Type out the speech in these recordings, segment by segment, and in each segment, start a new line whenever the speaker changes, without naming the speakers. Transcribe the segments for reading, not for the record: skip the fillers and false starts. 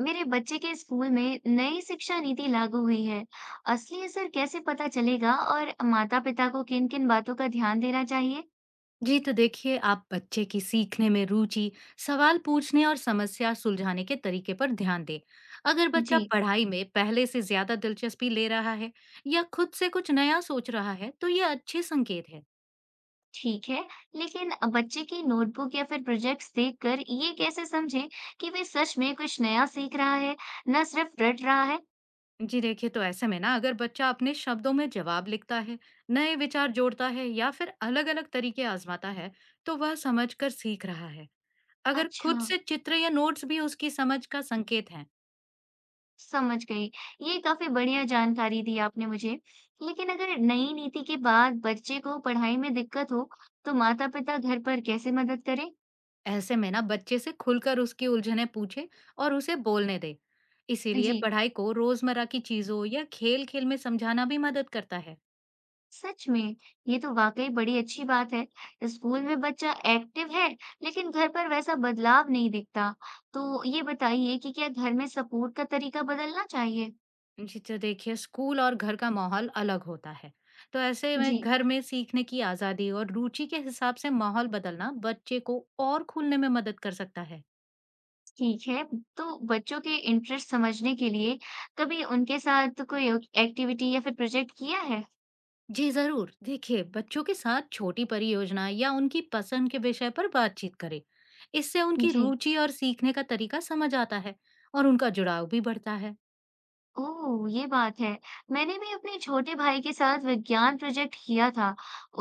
मेरे बच्चे के स्कूल में नई शिक्षा नीति लागू हुई है। असली असर कैसे पता चलेगा और माता पिता को किन किन बातों का ध्यान देना चाहिए?
जी तो देखिए, आप बच्चे की सीखने में रुचि, सवाल पूछने और समस्या सुलझाने के तरीके पर ध्यान दें। अगर बच्चा
जी।
पढ़ाई में पहले से ज्यादा दिलचस्पी ले रहा है या खुद से कुछ नया सोच रहा है, तो ये अच्छे संकेत है।
ठीक है। लेकिन बच्चे की नोटबुक या फिर प्रोजेक्ट्स देखकर ये कैसे समझें कि वे सच में कुछ नया सीख रहा है, न सिर्फ रट रहा है।
जी देखिए, तो ऐसे में ना अगर बच्चा अपने शब्दों में जवाब लिखता है, नए विचार जोड़ता है या फिर अलग-अलग तरीके आजमाता है, तो वह समझकर सीख रहा है। अगर
अच्छा,
खुद से चित्र या नोट्स भी उसकी समझ का संकेत है।
समझ गई। ये काफी बढ़िया जानकारी दी आपने मुझे। लेकिन अगर नई नीति के बाद बच्चे को पढ़ाई में दिक्कत हो, तो माता पिता घर पर कैसे मदद करें?
ऐसे में ना बच्चे से खुलकर उसकी उलझनें पूछे और उसे बोलने दे। इसीलिए
जी,
पढ़ाई को रोजमर्रा की चीजों या खेल खेल में समझाना भी मदद करता है।
सच में, ये तो वाकई बड़ी अच्छी बात है। स्कूल में बच्चा एक्टिव है, लेकिन घर पर वैसा बदलाव नहीं दिखता। तो ये बताइए कि क्या घर में सपोर्ट का तरीका बदलना चाहिए?
जिससे देखिए, स्कूल और घर का माहौल अलग होता है, तो ऐसे
जी।
में घर में सीखने की आजादी और रुचि के हिसाब से माहौल बदलना बच्चे को और खुलने में मदद कर सकता है।
ठीक है। तो बच्चों के इंटरेस्ट समझने के लिए कभी उनके साथ कोई एक्टिविटी या फिर प्रोजेक्ट किया है?
जी जरूर, देखिए बच्चों के साथ छोटी परियोजना या उनकी पसंद के विषय पर बातचीत करें। इससे उनकी
जी।
रुचि और सीखने का तरीका समझ आता है और उनका जुड़ाव भी बढ़ता है।
ओह! ये बात है। मैंने भी अपने छोटे भाई के साथ विज्ञान प्रोजेक्ट किया था।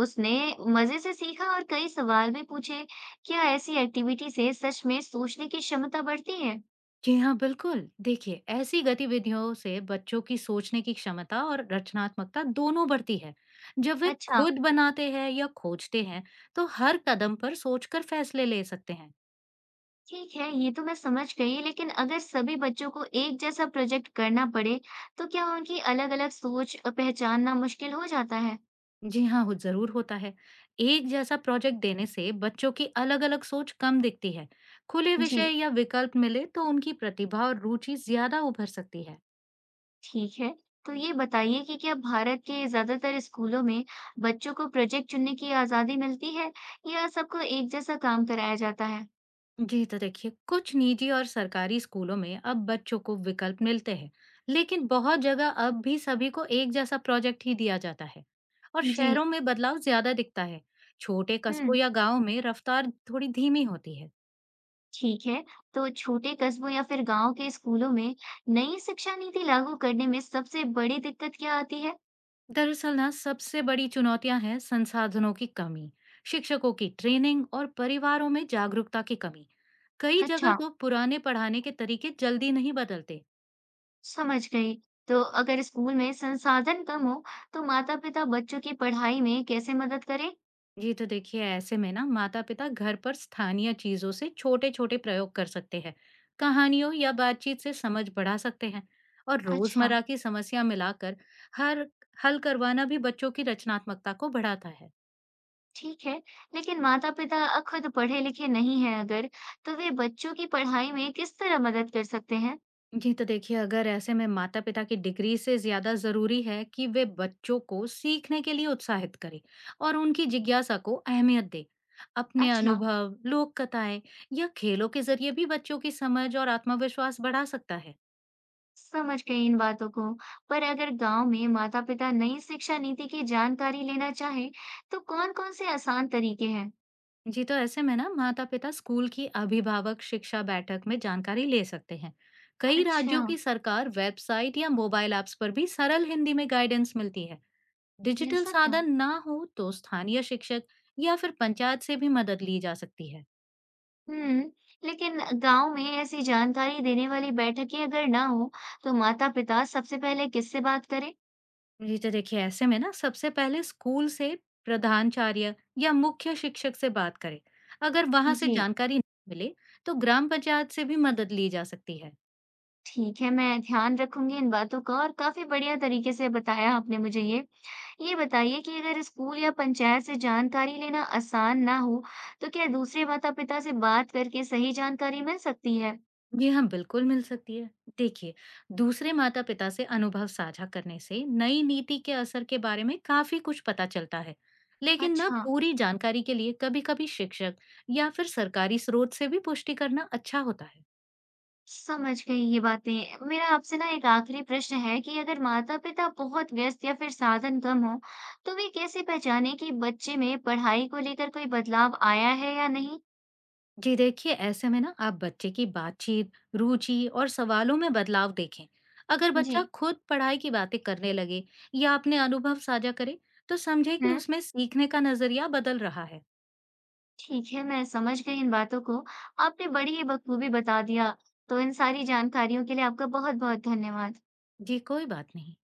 उसने मज़े से सीखा और कई सवाल भी पूछे। क्या ऐसी एक्टिविटी से सच में सोचने की क्षमता बढ़ती है?
जी हाँ, बिल्कुल, देखिए ऐसी गतिविधियों से बच्चों की सोचने की क्षमता और रचनात्मकता दोनों बढ़ती है। जब वे
अच्छा।
खुद बनाते हैं या खोजते हैं, तो हर कदम पर सोचकर फैसले ले सकते हैं।
ठीक है, ये तो मैं समझ गई, लेकिन अगर सभी बच्चों को एक जैसा प्रोजेक्ट करना पड़े, तो क्या उनकी अलग-अलग सोच पहचानना मुश्किल हो जाता है?
जी हाँ, हो ज़रूर होता है। एक जैसा प्रोजेक्ट देने से बच्चों की अलग-अलग सोच कम दिखती है। खुले
जी।
विषय या विकल्प मिले तो उनकी प्रतिभा और रुचि ज़्यादा उभर सकती है।
ठीक है। तो ये बताइए कि क्या भारत के ज़्यादातर स्कूलों में बच्चों को प्रोजेक्ट चुनने की आज़ादी मिलती है या सबको एक जैसा काम कराया जाता है?
जी तो देखिए, कुछ निजी और सरकारी स्कूलों में अब बच्चों को विकल्प मिलते हैं, लेकिन बहुत जगह अब भी सभी को एक जैसा प्रोजेक्ट ही दिया जाता है। और
जी।
शहरों में बदलाव ज़्यादा दिखता है। छोटे कस्बों
हुँ।
या गाँव में रफ्तार थोड़ी धीमी होती है।
ठीक है। तो छोटे कस्बों या फिर गाँव के स्कूलों में नई शिक्षा नीति लागू करने में सबसे बड़ी दिक्कत क्या आती है?
दरअसल ना, सबसे बड़ी चुनौतियां हैं संसाधनों की कमी, शिक्षकों की ट्रेनिंग और परिवारों में जागरूकता की कमी। कई जगह
अच्छा,
तो पुराने पढ़ाने के तरीके जल्दी नहीं बदलते।
समझ गई। तो अगर स्कूल में संसाधन कम हो, तो माता-पिता बच्चों की पढ़ाई में कैसे मदद करें?
जी तो देखिए, ऐसे में ना माता पिता घर पर स्थानीय चीजों से छोटे छोटे प्रयोग कर सकते हैं, कहानियों या बातचीत से समझ बढ़ा सकते हैं और
अच्छा।
रोजमर्रा की समस्या मिलाकर हर हल करवाना भी बच्चों की रचनात्मकता को बढ़ाता है।
ठीक है, लेकिन माता-पिता खुद पढ़े-लिखे नहीं हैं अगर, तो वे बच्चों की पढ़ाई में किस तरह मदद कर सकते हैं?
जी, तो देखिए, अगर ऐसे में माता-पिता की डिग्री से ज़्यादा ज़रूरी है कि वे बच्चों को सीखने के लिए उत्साहित करें और उनकी जिज्ञासा को अहमियत दें। अपने
अच्छा,
अनुभव, लोक कथाएं या खेलों के ज़रिए भी बच्चों की समझ और आत्मविश्वास बढ़ा सकता है।
समझ गई इन बातों को। पर अगर गांव में माता-पिता नई शिक्षा नीति की जानकारी लेना चाहे, तो कौन-कौन से आसान तरीके हैं?
जी, तो ऐसे में ना माता-पिता स्कूल की अभिभावक शिक्षा बैठक में जानकारी ले सकते हैं। कई
अच्छा।
राज्यों की सरकार वेबसाइट या मोबाइल ऐप्स पर भी सरल हिंदी में गाइडेंस मिलती है। डिजिटल
ऐसा क्या?
साधन ना हो तो स्थानीय शिक्षक या फिर पंचायत से भी मदद ली जा सकती है।
हम्म। लेकिन गांव में ऐसी जानकारी देने वाली बैठकें अगर ना हो, तो माता-पिता सबसे पहले किससे बात करें?
ये तो देखिए, ऐसे में ना सबसे पहले स्कूल से प्रधानाचार्य या मुख्य शिक्षक से बात करें। अगर वहां से
जी।
जानकारी न मिले तो ग्राम पंचायत से भी मदद ली जा सकती है।
ठीक है, मैं ध्यान रखूँगी इन बातों का और काफ़ी बढ़िया तरीके से बताया आपने मुझे ये। ये बताइए कि अगर स्कूल या पंचायत से जानकारी लेना आसान ना हो, तो क्या दूसरे माता-पिता से बात करके सही जानकारी मिल सकती है?
जी हाँ, बिल्कुल मिल सकती है। देखिए, दूसरे माता-पिता से अनुभव साझा करने से नई नीति के असर के बारे में काफ़ी कुछ पता चलता है। लेकिन ना
अच्छा,
पूरी जानकारी के लिए कभी-कभी शिक्षक या फिर सरकारी स्रोत से भी पुष्टि करना अच्छा होता है।
समझ गई ये बातें। मेरा आपसे ना एक आखिरी प्रश्न है कि अगर माता-पिता बहुत व्यस्त या फिर साधन कम हो, तो वे कैसे पहचानें कि बच्चे में पढ़ाई को लेकर कोई बदलाव आया है या नहीं?
जी देखिए, ऐसे में ना आप बच्चे की बातचीत, रुचि और सवालों में बदलाव देखें। अगर बच्चा
जी।
खुद पढ़ाई की बातें करने लगे या अपने अनुभव साझा करे, तो समझे कि
हुँ।
उसमें सीखने का नज़रिया बदल रहा है।
ठीक है, मैं समझ गई इन बातों को। आपने बड़ी ही बखूबी बता दिया। तो इन सारी जानकारियों के लिए आपका बहुत-बहुत धन्यवाद।
जी, कोई बात नहीं।